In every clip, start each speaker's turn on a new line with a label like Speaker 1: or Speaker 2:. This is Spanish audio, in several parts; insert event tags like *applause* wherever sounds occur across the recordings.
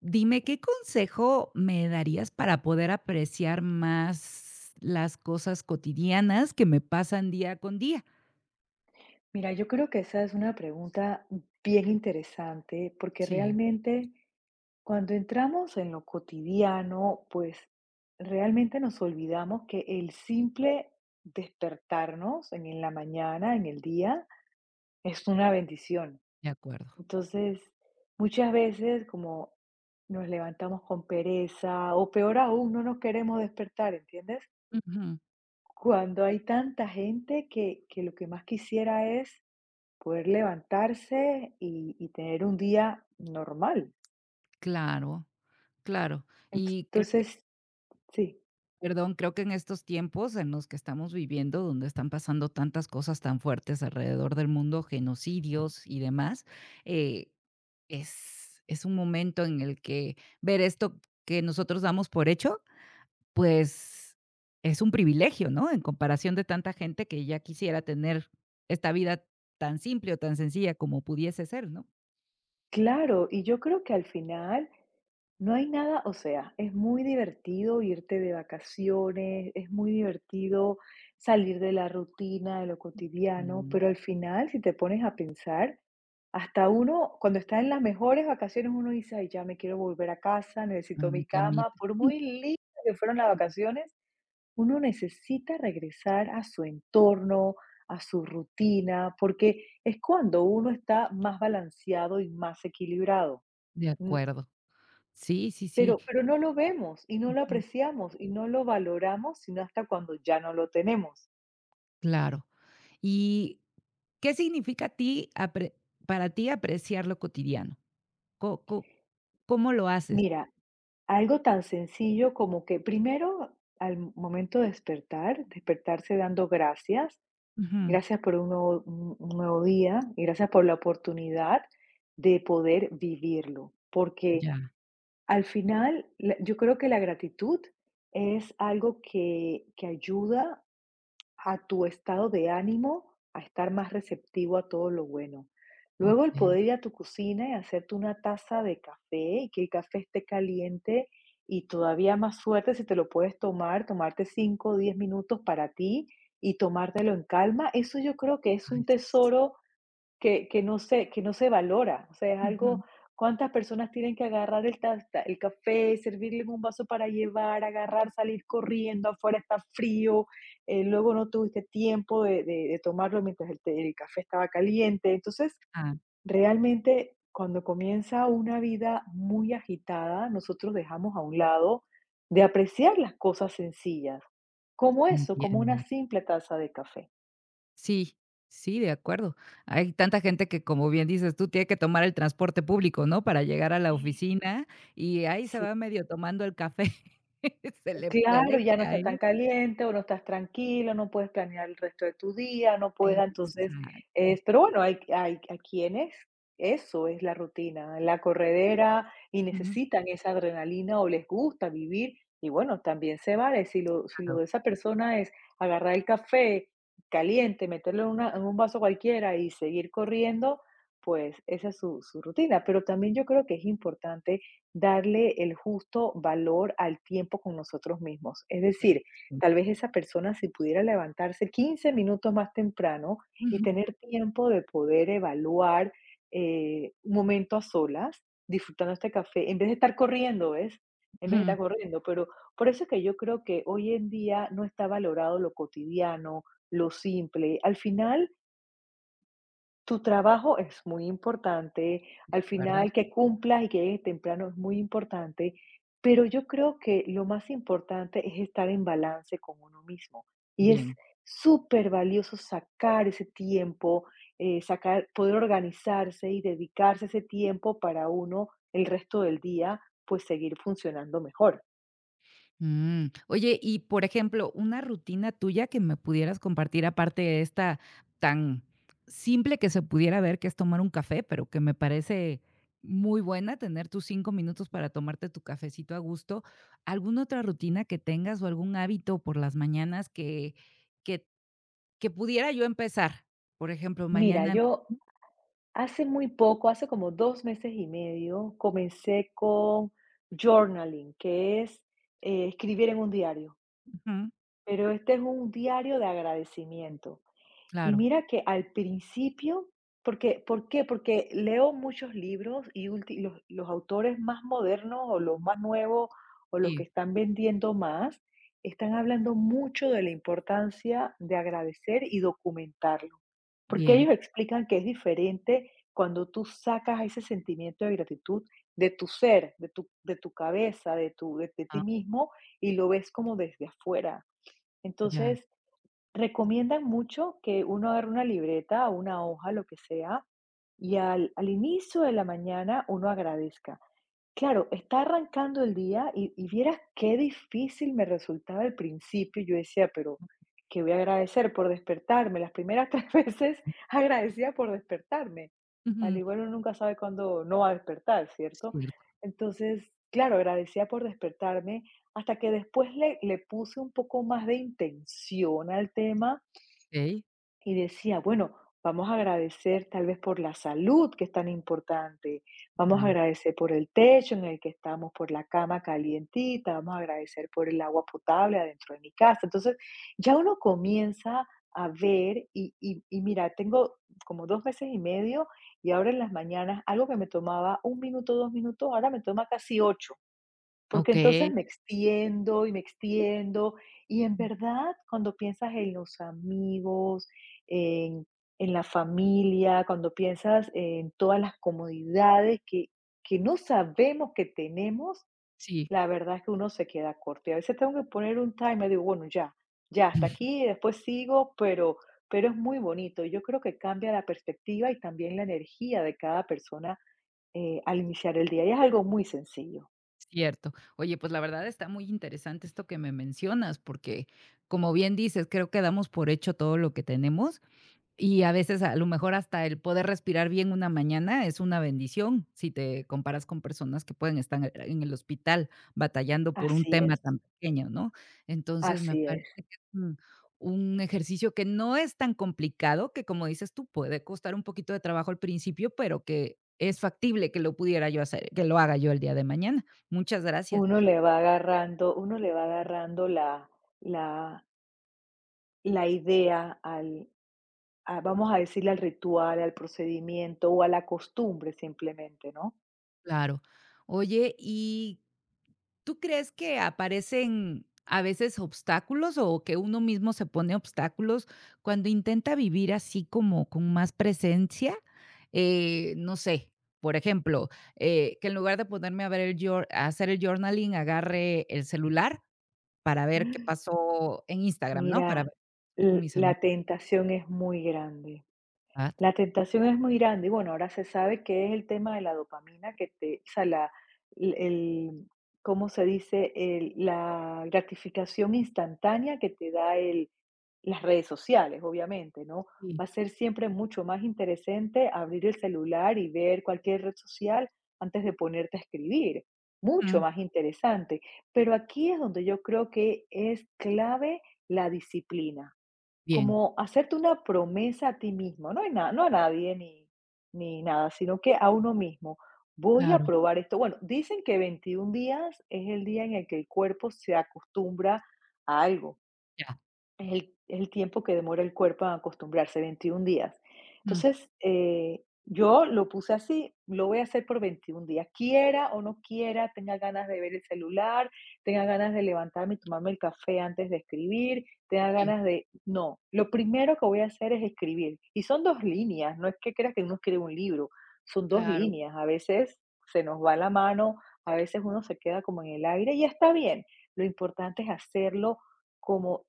Speaker 1: Dime, ¿qué consejo me darías para poder apreciar más las cosas cotidianas que me pasan día con día?
Speaker 2: Mira, yo creo que esa es una pregunta bien interesante, porque
Speaker 1: Sí,
Speaker 2: realmente cuando entramos en lo cotidiano, pues realmente nos olvidamos que el simple despertarnos en la mañana, en el día, es una bendición.
Speaker 1: de acuerdo.
Speaker 2: Entonces, muchas veces como nos levantamos con pereza o peor aún, no nos queremos despertar, ¿entiendes?
Speaker 1: Ujú,
Speaker 2: Cuando hay tanta gente que lo que más quisiera es poder levantarse y tener un día normal.
Speaker 1: claro, claro.
Speaker 2: Ent-
Speaker 1: Y creo que,
Speaker 2: Entonces, sí,
Speaker 1: perdón, creo que en estos tiempos en los que estamos viviendo, donde están pasando tantas cosas tan fuertes alrededor del mundo, genocidios y demás, eh, es un momento en el que ver esto que nosotros damos por hecho pues, es un privilegio, ¿no? En comparación de tanta gente que ya quisiera tener esta vida tan simple o tan sencilla como pudiese ser, ¿no?
Speaker 2: claro, y yo creo que al final no hay nada, o sea, es muy divertido irte de vacaciones, es muy divertido salir de la rutina, de lo cotidiano,
Speaker 1: Mm,
Speaker 2: pero al final, si te pones a pensar, hasta uno, cuando está en las mejores vacaciones, uno dice: "Ay, ya me quiero volver a casa,
Speaker 1: a
Speaker 2: necesito
Speaker 1: mi
Speaker 2: mi cama",
Speaker 1: camita,
Speaker 2: por muy lindas que fueron las vacaciones, uno necesita regresar a su entorno, a su rutina, porque es cuando uno está más balanceado y más equilibrado.
Speaker 1: de
Speaker 2: Mm.
Speaker 1: acuerdo. Sí, sí, sí.
Speaker 2: Pero no lo vemos y no lo
Speaker 1: Ujú,
Speaker 2: apreciamos y no lo valoramos sino hasta cuando ya no lo tenemos.
Speaker 1: claro. ¿Y qué significa a ti apre para ti apreciar lo cotidiano? ¿Co co cómo lo haces?
Speaker 2: Mira, algo tan sencillo como que primero al momento de despertar, despertarse dando gracias,
Speaker 1: Ujú.
Speaker 2: gracias por un nuevo día y gracias por la oportunidad de poder vivirlo, porque
Speaker 1: Ya,
Speaker 2: al final, yo creo que la gratitud es algo que ayuda a tu estado de ánimo a estar más receptivo a todo lo bueno. Luego el
Speaker 1: okey.
Speaker 2: poder ir a tu cocina y hacerte una taza de café y que el café esté caliente y todavía más suerte si te lo puedes tomar, tomarte 5 o 10 minutos para ti y tomártelo en calma, eso yo creo que es
Speaker 1: Ay,
Speaker 2: un
Speaker 1: sí.
Speaker 2: tesoro que no se valora. O sea, es
Speaker 1: Ujú.
Speaker 2: algo, ¿cuántas personas tienen que agarrar el café, servirle en un vaso para llevar, agarrar, salir corriendo, afuera está frío, luego no tuviste tiempo de tomarlo mientras el café estaba caliente? Entonces,
Speaker 1: Ah,
Speaker 2: realmente cuando comienza una vida muy agitada, nosotros dejamos a un lado de apreciar las cosas sencillas, como eso, como una
Speaker 1: entiendo.
Speaker 2: simple taza de café.
Speaker 1: Sí, sí, de acuerdo. Hay tanta gente que, como bien dices tú, tiene que tomar el transporte público, ¿no? Para llegar a la oficina y ahí se
Speaker 2: Sí.
Speaker 1: va medio tomando el café. *laughs* Se le
Speaker 2: Claro,
Speaker 1: puede
Speaker 2: ya no está
Speaker 1: caer.
Speaker 2: tan caliente o no estás tranquilo, no puedes planear el resto de tu día, no puedes, entonces,
Speaker 1: Exacto.
Speaker 2: es pero bueno, hay quienes eso es la rutina, la corredera y
Speaker 1: Ujú,
Speaker 2: necesitan esa adrenalina o les gusta vivir y bueno, también se vale, si lo
Speaker 1: claro.
Speaker 2: de esa persona es agarrar el café caliente, meterlo en un vaso cualquiera y seguir corriendo, pues esa es su rutina, pero también yo creo que es importante darle el justo valor al tiempo con nosotros mismos. Es
Speaker 1: eh,
Speaker 2: decir,
Speaker 1: Sí.
Speaker 2: tal vez esa persona si pudiera levantarse 15 minutos más temprano y
Speaker 1: Ujú,
Speaker 2: tener tiempo de poder evaluar, un momento a solas, disfrutando este café, en vez de estar corriendo, ¿ves? En vez de
Speaker 1: ujú.
Speaker 2: estar corriendo. Pero por eso es que yo creo que hoy en día no está valorado lo cotidiano, lo simple. Al final tu trabajo es muy importante,
Speaker 1: De
Speaker 2: al
Speaker 1: acuerdo.
Speaker 2: final que cumplas y que llegues temprano es muy importante, pero yo creo que lo más importante es estar en balance con uno mismo y es
Speaker 1: Bien.
Speaker 2: súper valioso sacar ese tiempo, sacar, poder organizarse y dedicarse ese tiempo para uno el resto del día, pues seguir funcionando mejor.
Speaker 1: Mm, oye, y por ejemplo, una rutina tuya que me pudieras compartir, aparte de esta tan simple que se pudiera ver, que es tomar un café, pero que me parece muy buena tener tus 5 minutos para tomarte tu cafecito a gusto. ¿Alguna otra rutina que tengas o algún hábito por las mañanas que, que pudiera yo empezar? Por ejemplo,
Speaker 2: Mira,
Speaker 1: mañana.
Speaker 2: yo hace muy poco, hace como 2 meses y medio, comencé con journaling, que es, escribir en un diario,
Speaker 1: Ujú,
Speaker 2: pero este es un diario de agradecimiento. Y
Speaker 1: claro,
Speaker 2: mira que al principio, porque, ¿por qué? Porque leo muchos libros y los autores más modernos o los más nuevos o los que
Speaker 1: sí,
Speaker 2: están vendiendo más, están hablando mucho de la importancia de agradecer y documentarlo. Porque
Speaker 1: bien.
Speaker 2: ellos explican que es diferente cuando tú sacas ese sentimiento de gratitud de tu ser, de tu cabeza, de, tu, de ti
Speaker 1: Ah,
Speaker 2: mismo y lo ves como desde afuera.
Speaker 1: ya.
Speaker 2: Entonces, recomiendan mucho que uno agarre una libreta o una hoja, lo que sea, y al inicio de la mañana uno agradezca. Claro, está arrancando el día y vieras qué difícil me resultaba al principio. Yo decía, pero qué voy a agradecer por despertarme. Las primeras *laughs* tres veces agradecía por despertarme. Al
Speaker 1: Ujú,
Speaker 2: igual uno nunca sabe cuándo no va a despertar, ¿cierto?
Speaker 1: cierto.
Speaker 2: Entonces, claro, agradecía por despertarme hasta que después le puse un poco más de intención al tema
Speaker 1: Ok,
Speaker 2: y decía, bueno, vamos a agradecer tal vez por la salud que es tan importante, vamos a
Speaker 1: bien.
Speaker 2: agradecer por el techo en el que estamos, por la cama calientita, vamos a agradecer por el agua potable adentro de mi casa. Entonces, ya uno comienza a ver y mira, tengo como 2 meses y medio y ahora en las mañanas algo que me tomaba un minuto, 2 minutos, ahora me toma casi ocho. Porque
Speaker 1: Ok,
Speaker 2: entonces me extiendo, y en verdad, cuando piensas en los amigos, en en la familia, cuando piensas en todas las comodidades que no sabemos que tenemos,
Speaker 1: sí.
Speaker 2: la verdad es que uno se queda corto. Y a veces tengo que poner un timer, digo, bueno, ya, ya hasta aquí, después sigo, pero es muy bonito. Yo creo que cambia la perspectiva y también la energía de cada persona, al iniciar el día, y es algo muy sencillo.
Speaker 1: Cierto. Oye, pues la verdad está muy interesante esto que me mencionas, porque como bien dices, creo que damos por hecho todo lo que tenemos y a veces, a lo mejor, hasta el poder respirar bien una mañana es una bendición, si te comparas con personas que pueden estar en el hospital batallando por un
Speaker 2: Así
Speaker 1: tema
Speaker 2: es.
Speaker 1: tan pequeño, ¿no? Entonces, me
Speaker 2: Así es.
Speaker 1: parece que es un ejercicio que no es tan complicado, que como dices tú, puede costar un poquito de trabajo al principio, pero que es factible que lo pudiera yo hacer, que lo haga yo el día de mañana. Muchas gracias.
Speaker 2: Uno le va agarrando la la idea al a vamos a decirle al ritual, al procedimiento o a la costumbre simplemente, ¿no?
Speaker 1: Claro. Oye, y ¿tú crees que aparecen a veces obstáculos o que uno mismo se pone obstáculos cuando intenta vivir así como con más presencia? No sé, por ejemplo, que en lugar de ponerme a ver el a hacer el journaling, agarre el celular para ver qué pasó en Instagram, ¿no? Para
Speaker 2: Mira,
Speaker 1: ver con
Speaker 2: l
Speaker 1: mis amigos.
Speaker 2: la tentación es muy grande. La tentación es muy grande y bueno, ahora se sabe que es el tema de la dopamina que te, o sea, la, el, el- ¿cómo se dice? La gratificación instantánea que te da las redes sociales, obviamente, ¿no?
Speaker 1: Sí.
Speaker 2: Va a ser siempre mucho más interesante abrir el celular y ver cualquier red social antes de ponerte a escribir. Mucho
Speaker 1: Ujú,
Speaker 2: más interesante. Pero aquí es donde yo creo que es clave la disciplina.
Speaker 1: bien,
Speaker 2: Como hacerte una promesa a ti mismo, no hay nada, no a nadie ni nada, sino que a uno mismo. Voy a
Speaker 1: claro,
Speaker 2: probar esto. Bueno, dicen que 21 días es el día en el que el cuerpo se acostumbra a algo.
Speaker 1: ya.
Speaker 2: Es el tiempo que demora el cuerpo a acostumbrarse, 21 días.
Speaker 1: Ujú,
Speaker 2: Entonces, yo lo puse así, lo voy a hacer por 21 días, quiera o no quiera, tenga ganas de ver el celular, tenga ganas de levantarme y tomarme el café antes de escribir, tenga
Speaker 1: sí,
Speaker 2: ganas de no, lo primero que voy a hacer es escribir. Y son 2 líneas, no es que creas que uno escribe un libro, son 2
Speaker 1: claro,
Speaker 2: líneas. A veces se nos va la mano, a veces uno se queda como en el aire y está bien. Lo importante es hacerlo como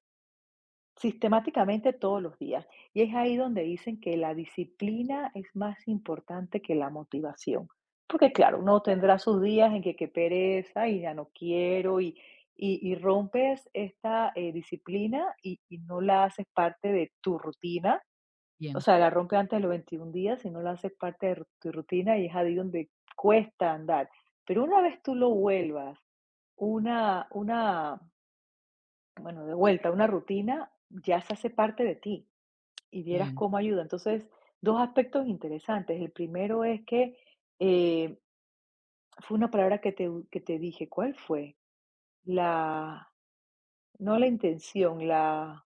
Speaker 2: sistemáticamente todos los días. Y es ahí donde dicen que la disciplina es más importante que la motivación. Porque claro, uno tendrá sus días en que pereza y ya no quiero y rompes esta, disciplina y no la haces parte de tu rutina. O
Speaker 1: bien,
Speaker 2: sea, la rompes antes de los 21 días y no la haces parte de tu rutina y es ahí donde cuesta andar. Pero una vez tú lo vuelvas, una, una, bueno, de vuelta, una rutina ya se hace parte de ti. Y vieras
Speaker 1: bien.
Speaker 2: cómo ayuda. Entonces, 2 aspectos interesantes. El primero es que, eh, fue una palabra que te dije, ¿cuál fue? La No la intención, la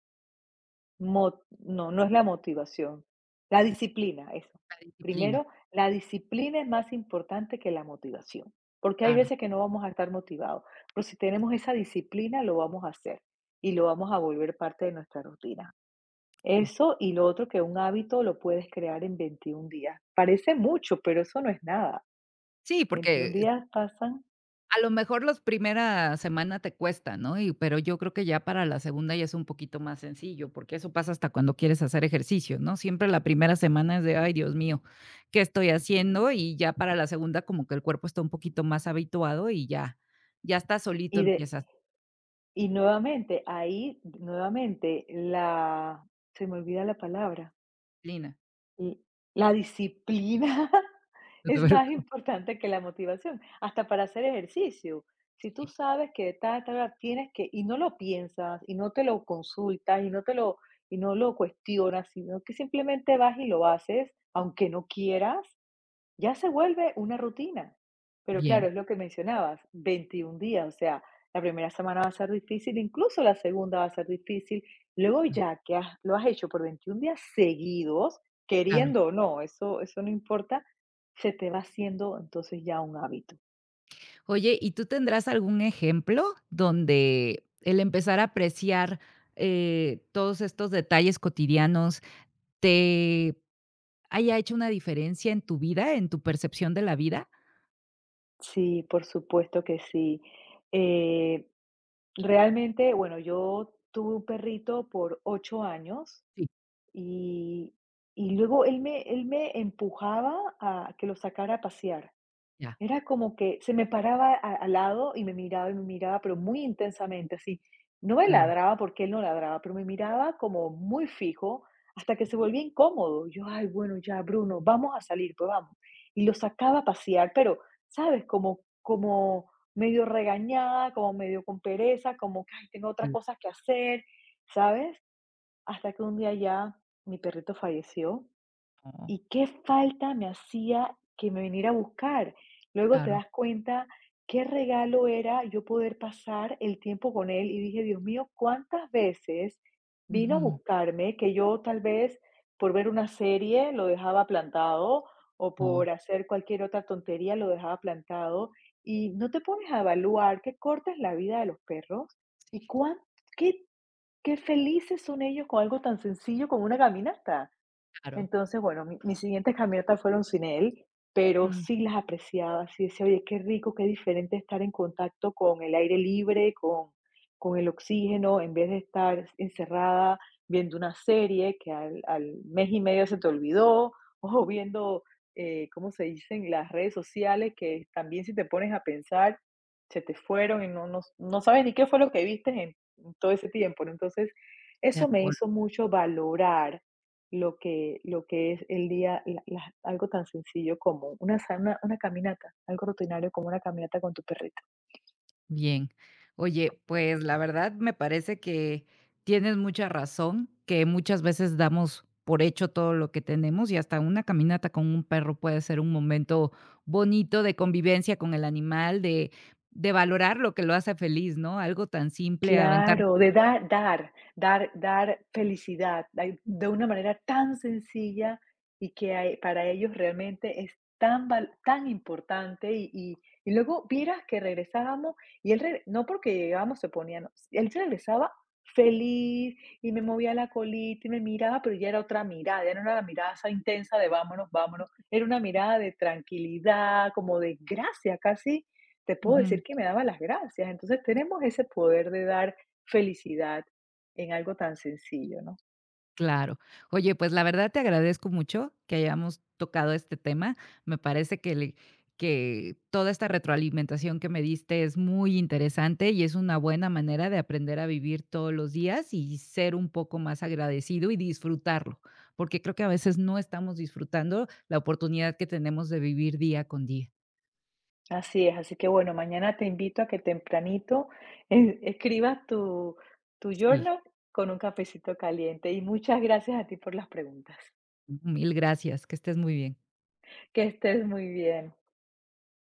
Speaker 2: mo no, no es la motivación, la disciplina, eso.
Speaker 1: La disciplina,
Speaker 2: Primero, la disciplina es más importante que la motivación, porque hay
Speaker 1: claro.
Speaker 2: veces que no vamos a estar motivados, pero si tenemos esa disciplina, lo vamos a hacer y lo vamos a volver parte de nuestra rutina. Eso y lo otro que un hábito lo puedes crear en 21 días. Parece mucho, pero eso no es nada.
Speaker 1: Sí,
Speaker 2: veintiún
Speaker 1: porque
Speaker 2: días pasan
Speaker 1: a lo mejor los primera semana te cuesta, ¿no? Y pero yo creo que ya para la segunda ya es un poquito más sencillo, porque eso pasa hasta cuando quieres hacer ejercicio, ¿no? Siempre la primera semana es de: "Ay, Dios mío, ¿qué estoy haciendo?". Y ya para la segunda como que el cuerpo está un poquito más habituado y ya, ya está solito
Speaker 2: y de
Speaker 1: empiezas
Speaker 2: y nuevamente ahí, nuevamente la, se me olvida la palabra.
Speaker 1: Lina.
Speaker 2: L la disciplina *laughs*
Speaker 1: No te
Speaker 2: es
Speaker 1: *laughs*
Speaker 2: más
Speaker 1: preocupes.
Speaker 2: importante que la motivación, hasta para hacer ejercicio. Si tú
Speaker 1: Sí,
Speaker 2: sabes que tienes que y no lo piensas, y no te lo consultas, y no lo cuestionas, sino que simplemente vas y lo haces, aunque no quieras, ya se vuelve una rutina. Pero claro,
Speaker 1: bien,
Speaker 2: es lo que mencionabas, 21 días, o sea, la primera semana va a ser difícil, incluso la segunda va a ser difícil. Luego ya que lo has hecho por 21 días seguidos,
Speaker 1: claro.
Speaker 2: queriendo o no, eso no importa, se te va haciendo entonces ya un hábito.
Speaker 1: Oye, ¿y tú tendrás algún ejemplo donde el empezar a apreciar, todos estos detalles cotidianos te haya hecho una diferencia en tu vida, en tu percepción de la vida?
Speaker 2: Sí, por supuesto que sí. Eh, Realmente, bueno, yo tuve un perrito por 8 años,
Speaker 1: Sí,
Speaker 2: Y, y luego él me empujaba a que lo sacara a pasear.
Speaker 1: ya,
Speaker 2: Era como que se me paraba al lado y me miraba, pero muy intensamente, así. No me
Speaker 1: claro,
Speaker 2: ladraba porque él no ladraba, pero me miraba como muy fijo hasta que se volvía incómodo. Yo, ay, bueno, ya, Bruno, vamos a salir, pues vamos. Y lo sacaba a pasear, pero, ¿sabes? Como medio regañada, como medio con pereza, como que "Ay, tengo otras
Speaker 1: sí,
Speaker 2: cosas que hacer, ¿sabes?". Hasta que un día ya mi perrito falleció
Speaker 1: no,
Speaker 2: y qué falta me hacía que me viniera a buscar. Luego te
Speaker 1: claro.
Speaker 2: das cuenta qué regalo era yo poder pasar el tiempo con él y dije, Dios mío, cuántas veces vino a
Speaker 1: Ujú.
Speaker 2: buscarme que yo tal vez por ver una serie lo dejaba plantado o
Speaker 1: No,
Speaker 2: por hacer cualquier otra tontería lo dejaba plantado y no te pones a evaluar qué corta es la vida de los perros y cuán, qué Qué felices son ellos con algo tan sencillo como una caminata.
Speaker 1: claro.
Speaker 2: Entonces, bueno, mi mis siguientes caminatas fueron sin él, pero
Speaker 1: Mm,
Speaker 2: sí las apreciaba, sí decía: "Oye, qué rico, qué diferente estar en contacto con el aire libre, con el oxígeno, en vez de estar encerrada viendo una serie que al mes y medio se te olvidó, o viendo, ¿cómo se dicen?, las redes sociales, que también si te pones a pensar, se te fueron y no sabes ni qué fue lo que viste en todo ese tiempo, ¿no? Entonces,
Speaker 1: de
Speaker 2: eso me
Speaker 1: acuerdo.
Speaker 2: hizo mucho valorar lo que es el día, algo tan sencillo como una caminata, algo rutinario como una caminata con tu perrito.
Speaker 1: Bien. Oye, pues, la verdad me parece que tienes mucha razón, que muchas veces damos por hecho todo lo que tenemos, y hasta una caminata con un perro puede ser un momento bonito de convivencia con el animal, de valorar lo que lo hace feliz, ¿no? Algo tan simple, aventar
Speaker 2: Claro, de dar felicidad, dai de una manera tan sencilla y que a e para ellos realmente es tan importante y luego vieras que regresábamos y él re no porque llegábamos se ponía, no, él se regresaba feliz y me movía la colita y me miraba, pero ya era otra mirada, ya no era la mirada esa intensa de vámonos, vámonos, era una mirada de tranquilidad, como de gracia, casi te puedo
Speaker 1: ujú.
Speaker 2: decir que me daba las gracias. Entonces tenemos ese poder de dar felicidad en algo tan sencillo, ¿no?
Speaker 1: Claro. Oye, pues la verdad te agradezco mucho que hayamos tocado este tema. Me parece que le- que toda esta retroalimentación que me diste es muy interesante y es una buena manera de aprender a vivir todos los días y ser un poco más agradecido y disfrutarlo, porque creo que a veces no estamos disfrutando la oportunidad que tenemos de vivir día con día.
Speaker 2: Así es, así que bueno, mañana te invito a que tempranito escribas tu
Speaker 1: Sí,
Speaker 2: journal con un cafecito caliente y muchas gracias a ti por las preguntas.
Speaker 1: mil gracias, que estés muy bien.
Speaker 2: Que estés muy bien.